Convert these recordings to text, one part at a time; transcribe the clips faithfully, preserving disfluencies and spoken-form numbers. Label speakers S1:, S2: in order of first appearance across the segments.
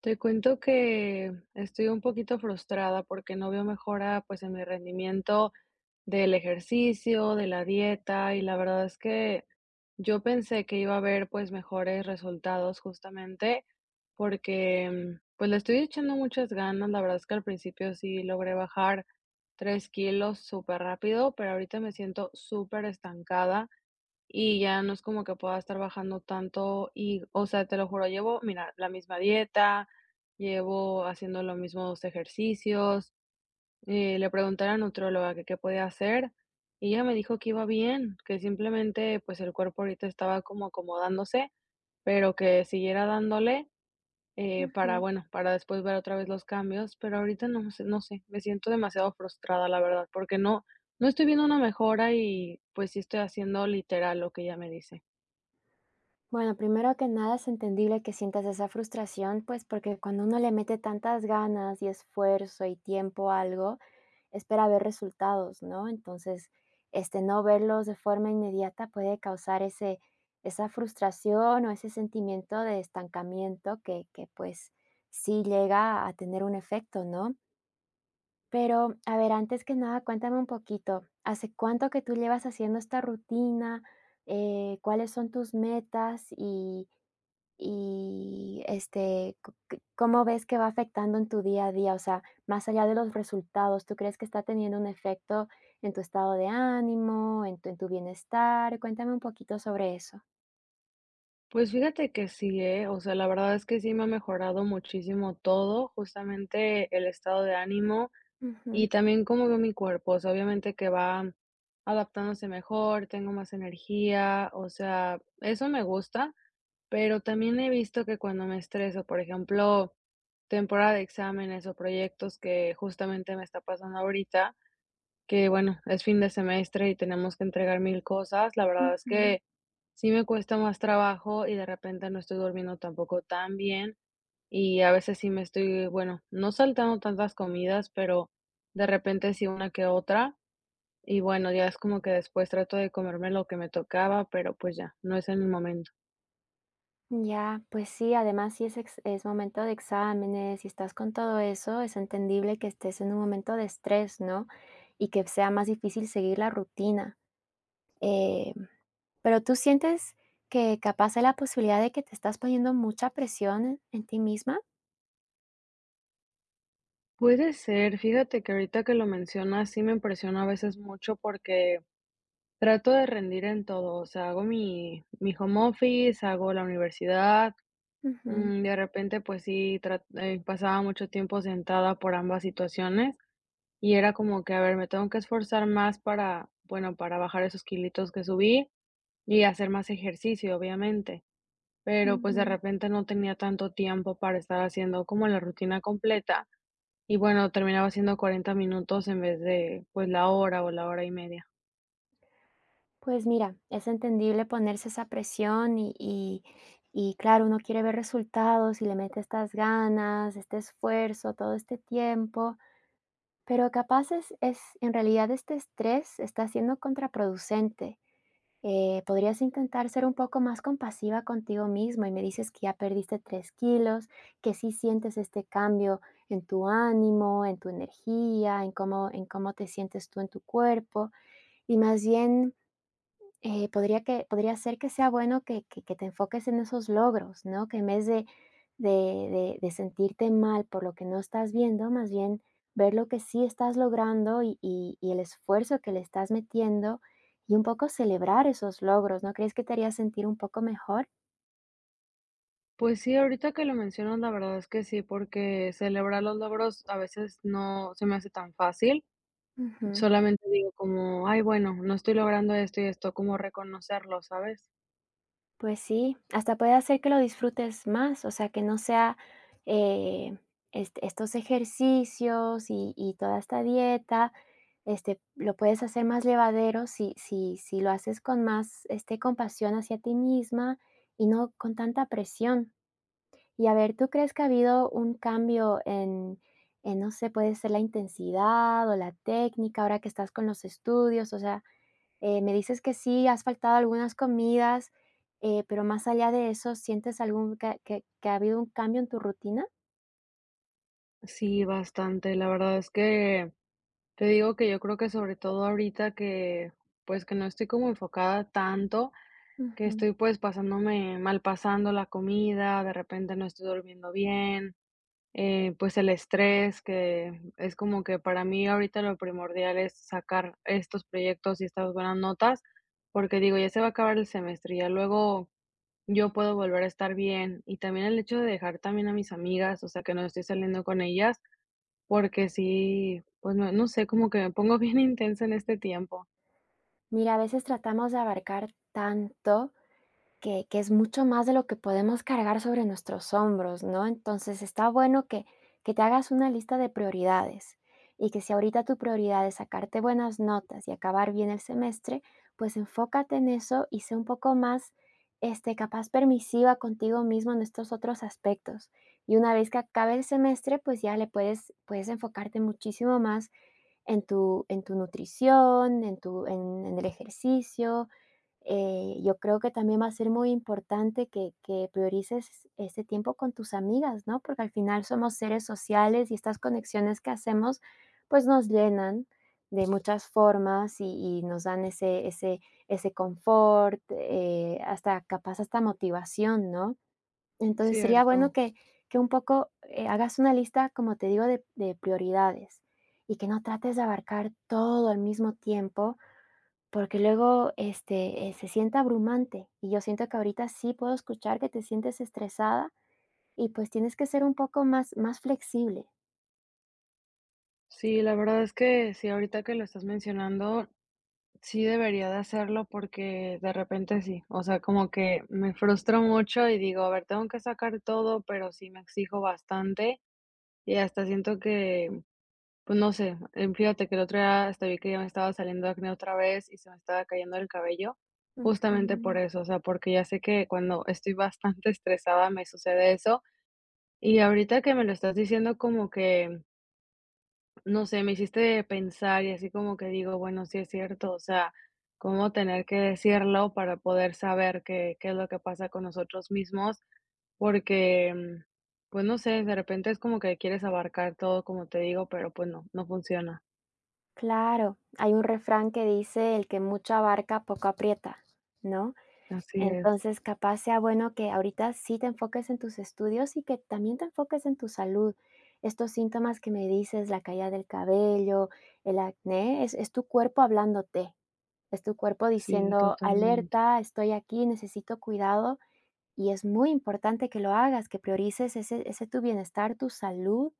S1: Te cuento que estoy un poquito frustrada porque no veo mejora, pues, en mi rendimiento del ejercicio, de la dieta, y la verdad es que yo pensé que iba a haber, pues, mejores resultados justamente porque, mm, pues, le estoy echando muchas ganas. La verdad es que al principio sí logré bajar tres kilos súper rápido, pero ahorita me siento súper estancada. Y ya no es como que pueda estar bajando tanto y, o sea, te lo juro, llevo, mira, la misma dieta, llevo haciendo los mismos ejercicios. Eh, le pregunté a la nutrióloga que qué podía hacer y ella me dijo que iba bien, que simplemente pues el cuerpo ahorita estaba como acomodándose, pero que siguiera dándole eh,
S2: Ujú.
S1: para, bueno, para después ver otra vez los cambios, pero ahorita no sé, no sé, me siento demasiado frustrada, la verdad, porque no, no estoy viendo una mejora y pues sí estoy haciendo literal lo que ella me dice.
S2: Bueno, primero que nada es entendible que sientas esa frustración, pues porque cuando uno le mete tantas ganas y esfuerzo y tiempo a algo, espera ver resultados, ¿no? Entonces, este, no verlos de forma inmediata puede causar ese, esa frustración o ese sentimiento de estancamiento que, que pues sí llega a tener un efecto, ¿no? Pero, a ver, antes que nada, cuéntame un poquito, ¿hace cuánto que tú llevas haciendo esta rutina? Eh, ¿cuáles son tus metas? Y y, este, co c ¿cómo ves que va afectando en tu día a día? O sea, más allá de los resultados, ¿tú crees que está teniendo un efecto en tu estado de ánimo, en tu en tu bienestar? Cuéntame un poquito sobre eso.
S1: Pues fíjate que sí, ¿eh? O sea, la verdad es que sí me ha mejorado muchísimo todo, justamente el estado de ánimo y
S2: Ujú,
S1: también cómo veo mi cuerpo. O sea, obviamente que va adaptándose mejor, tengo más energía, o sea, eso me gusta, pero también he visto que cuando me estreso, por ejemplo, temporada de exámenes o proyectos que justamente me está pasando ahorita, que bueno, es fin de semestre y tenemos que entregar mil cosas. La verdad es
S2: ujú.
S1: que sí me cuesta más trabajo y de repente no estoy durmiendo tampoco tan bien y a veces sí me estoy, bueno, no saltando tantas comidas, pero de repente sí una que otra y bueno, ya es como que después trato de comerme lo que me tocaba, pero pues ya, no es en el momento.
S2: Ya, pues sí, además si es, ex- es momento de exámenes y estás con todo eso, es entendible que estés en un momento de estrés, ¿no? Y que sea más difícil seguir la rutina. Eh, pero tú sientes que capaz hay la posibilidad de que te estás poniendo mucha presión en, en ti misma.
S1: Puede ser, fíjate que ahorita que lo mencionas sí me impresiona a veces mucho porque trato de rendir en todo, o sea, hago mi mi home office, hago la universidad,
S2: Ujú,
S1: mm, de repente, pues sí, tra eh, pasaba mucho tiempo sentada por ambas situaciones, y era como que, a ver, me tengo que esforzar más para, bueno, para bajar esos kilitos que subí y hacer más ejercicio, obviamente, pero, pues, de
S2: ujú.
S1: repente no tenía tanto tiempo para estar haciendo como la rutina completa y, bueno, terminaba haciendo cuarenta minutos en vez de, pues, la hora o la hora y media.
S2: Pues mira, es entendible ponerse esa presión y, y, y claro, uno quiere ver resultados y le mete estas ganas, este esfuerzo, todo este tiempo. Pero capaz es es en realidad este estrés está siendo contraproducente. Eh, podrías intentar ser un poco más compasiva contigo mismo y me dices que ya perdiste tres kilos, que sí sientes este cambio en tu ánimo, en tu energía, en cómo en cómo te sientes tú en tu cuerpo, y más bien eh, podría que podría ser que sea bueno que que que te enfoques en esos logros, ¿no? Que en vez de de de de sentirte mal por lo que no estás viendo, más bien ver lo que sí estás logrando y y y el esfuerzo que le estás metiendo, y un poco celebrar esos logros, ¿no crees que te haría sentir un poco mejor?
S1: Pues sí, ahorita que lo mencionas, la verdad es que sí, porque celebrar los logros a veces no se me hace tan fácil.
S2: Ujú.
S1: Solamente digo como, ay, bueno, no estoy logrando esto y esto, como reconocerlo, ¿sabes?
S2: Pues sí, hasta puede hacer que lo disfrutes más, o sea, que no sea, eh, este, estos ejercicios y y toda esta dieta, este, lo puedes hacer más llevadero si si si lo haces con más, este, compasión hacia ti misma y no con tanta presión. Y a ver, ¿tú crees que ha habido un cambio en en, no sé, puede ser la intensidad o la técnica ahora que estás con los estudios? O sea, eh, me dices que sí, has faltado a algunas comidas, eh, pero más allá de eso, ¿sientes algún que que que ha habido un cambio en tu rutina?
S1: Sí, bastante. La verdad es que te digo que yo creo que sobre todo ahorita que, pues que no estoy como enfocada tanto, que
S2: Ujú.
S1: estoy pues pasándome mal pasando la comida, de repente no estoy durmiendo bien. Eh, pues el estrés, que es como que para mí ahorita lo primordial es sacar estos proyectos y estas buenas notas, porque digo, ya se va a acabar el semestre, ya luego yo puedo volver a estar bien. Y también el hecho de dejar también a mis amigas, o sea, que no estoy saliendo con ellas, porque sí, pues no, no sé, como que me pongo bien intensa en este tiempo.
S2: Mira, a veces tratamos de abarcar tanto, que que es mucho más de lo que podemos cargar sobre nuestros hombros, ¿no? Entonces, está bueno que que te hagas una lista de prioridades, y que si ahorita tu prioridad es sacarte buenas notas y acabar bien el semestre, pues enfócate en eso y sé un poco más, este, capaz permisiva contigo mismo en estos otros aspectos. Y una vez que acabe el semestre, pues ya le puedes puedes enfocarte muchísimo más en tu en tu nutrición, en tu en en el ejercicio, eh, yo creo que también va a ser muy importante que, que priorices ese tiempo con tus amigas, ¿no? Porque al final somos seres sociales y estas conexiones que hacemos, pues nos llenan de muchas formas y, y nos dan ese, ese, ese confort, eh, hasta capaz, hasta motivación, ¿no? Entonces sería bueno
S1: Cierto.
S2: que, que un poco eh, hagas una lista, como te digo, de, de prioridades y que no trates de abarcar todo al mismo tiempo porque luego, este, eh, se siente abrumante, y yo siento que ahorita sí puedo escuchar que te sientes estresada y, pues, tienes que ser un poco más más flexible.
S1: Sí, la verdad es que sí, ahorita que lo estás mencionando, sí debería de hacerlo porque de repente sí, o sea, como que me frustro mucho y digo, a ver, tengo que sacar todo, pero sí me exijo bastante y hasta siento que, pues no sé, eh, fíjate que el otro día hasta vi que ya me estaba saliendo acné otra vez y se me estaba cayendo el cabello, justamente por
S2: Ujú.
S1: eso, o sea, porque ya sé que cuando estoy bastante estresada me sucede eso y ahorita que me lo estás diciendo como que no sé, me hiciste pensar y así como que digo, bueno, sí es cierto, o sea, cómo tener que decirlo para poder saber qué, qué es lo que pasa con nosotros mismos, porque, mm, pues no sé, de repente es como que quieres abarcar todo, como te digo, pero pues no, no funciona.
S2: Claro, hay un refrán que dice: "El que mucho abarca, poco aprieta", ¿no?
S1: Así es,
S2: Entonces, capaz sea bueno que ahorita sí te enfoques en tus estudios y que también te enfoques en tu salud. Estos síntomas que me dices, la caída del cabello, el acné, es es tu cuerpo hablándote. Es tu cuerpo
S1: sí,
S2: diciendo,
S1: totalmente.
S2: alerta, estoy aquí, necesito cuidado. Y es muy importante que lo hagas, que priorices ese, ese tu bienestar, tu salud,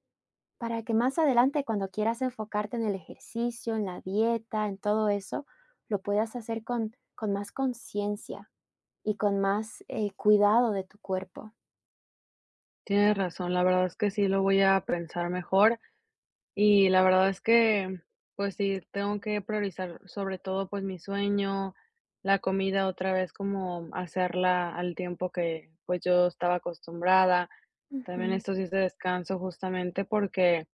S2: para que más adelante cuando quieras enfocarte en el ejercicio, en la dieta, en todo eso, lo puedas hacer con, con más conciencia y con más eh, cuidado de tu cuerpo.
S1: Tienes razón, la verdad es que sí lo voy a pensar mejor. Y la verdad es que, pues sí, tengo que priorizar sobre todo, pues mi sueño, la comida otra vez como hacerla al tiempo que, pues yo estaba acostumbrada. También
S2: Ujú,
S1: estos días de descanso justamente porque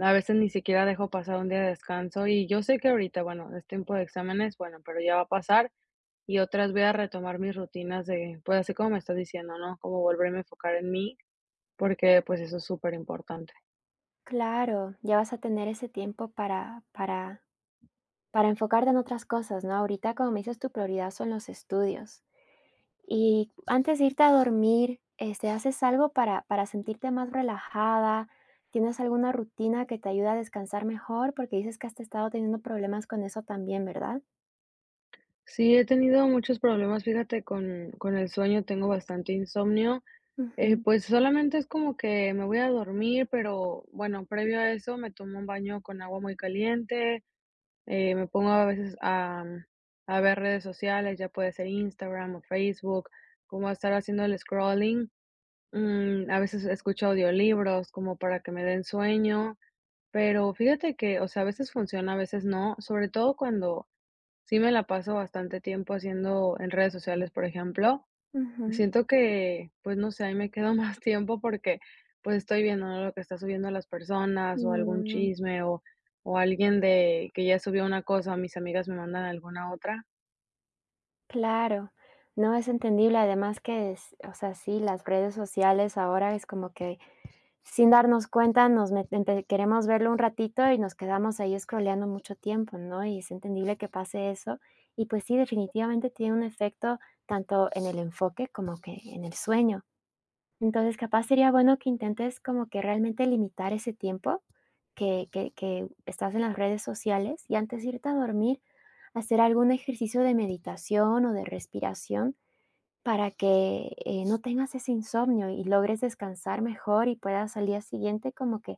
S1: a veces ni siquiera dejo pasar un día de descanso y yo sé que ahorita, bueno, es tiempo de exámenes, bueno, pero ya va a pasar y otras voy a retomar mis rutinas de, pues así como me estás diciendo, ¿no? Como volverme a enfocar en mí porque pues eso es súper importante.
S2: claro, ya vas a tener ese tiempo para, para, para enfocarte en otras cosas, ¿no? Ahorita, como me dices, tu prioridad son los estudios. Y antes de irte a dormir, este, ¿haces algo para para sentirte más relajada? ¿Tienes alguna rutina que te ayude a descansar mejor? Porque dices que has estado teniendo problemas con eso también, ¿verdad?
S1: Sí, he tenido muchos problemas, fíjate, con con el sueño, tengo bastante insomnio. Eh,
S2: Ujú,
S1: pues, solamente es como que me voy a dormir, pero bueno, previo a eso me tomo un baño con agua muy caliente, eh, me pongo a veces a mm, a ver redes sociales, ya puede ser Instagram o Facebook, como a estar haciendo el scrolling. Mm, a veces escucho audiolibros como para que me den sueño, pero fíjate que, o sea, a veces funciona, a veces no, sobre todo cuando sí me la paso bastante tiempo haciendo en redes sociales, por ejemplo.
S2: ujú.
S1: Siento que, pues, no sé, ahí me quedo más tiempo porque, pues, estoy viendo, ¿no?, lo que está subiendo las personas, o algún
S2: Mm,
S1: chisme, o o alguien de que ya subió una cosa, mis amigas me mandan alguna otra.
S2: claro. No, es entendible, además que es o sea, sí, las redes sociales ahora es como que sin darnos cuenta, nos met empe queremos verlo un ratito y nos quedamos ahí scrolleando mucho tiempo, ¿no? Y es entendible que pase eso. Y, pues sí, definitivamente tiene un efecto tanto en el enfoque como que en el sueño. Entonces, capaz sería bueno que intentes como que realmente limitar ese tiempo que que que estás en las redes sociales, y antes de irte a dormir, hacer algún ejercicio de meditación o de respiración para que, eh, no tengas ese insomnio y logres descansar mejor y puedas al día siguiente como que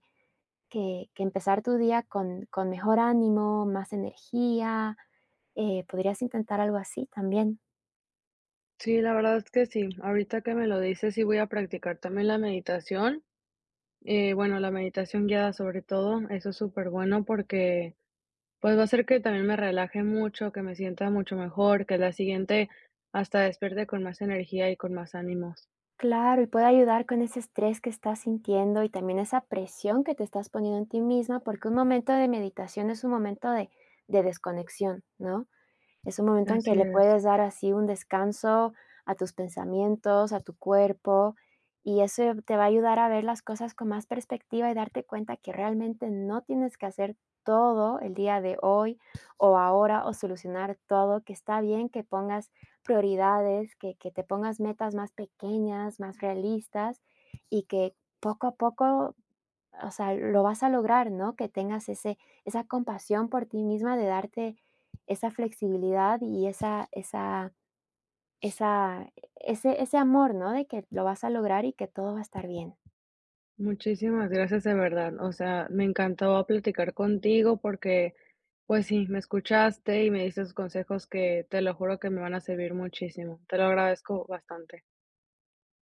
S2: que que empezar tu día con con mejor ánimo, más energía, eh, podrías intentar algo así también.
S1: Sí, la verdad es que sí. Ahorita que me lo dices, sí voy a practicar también la meditación. Eh, bueno, la meditación guiada sobre todo, eso es súper bueno porque pues va a ser que también me relaje mucho, que me sienta mucho mejor, que la siguiente hasta despierte con más energía y con más ánimos.
S2: Claro, y puede ayudar con ese estrés que estás sintiendo y también esa presión que te estás poniendo en ti misma, porque un momento de meditación es un momento de de desconexión, ¿no? Es un momento en
S1: Así
S2: que le
S1: es.
S2: puedes dar así un descanso a tus pensamientos, a tu cuerpo, y eso te va a ayudar a ver las cosas con más perspectiva y darte cuenta que realmente no tienes que hacer todo el día de hoy o ahora o solucionar todo, que está bien que pongas prioridades, que, que te pongas metas más pequeñas, más realistas y que poco a poco o sea, lo vas a lograr, ¿no? Que tengas ese esa compasión por ti misma de darte esa flexibilidad y esa esa esa ese ese amor, ¿no? De que lo vas a lograr y que todo va a estar bien.
S1: Muchísimas gracias de verdad. O sea, me encantó platicar contigo porque, pues sí, me escuchaste y me diste consejos que te lo juro que me van a servir muchísimo. Te lo agradezco bastante.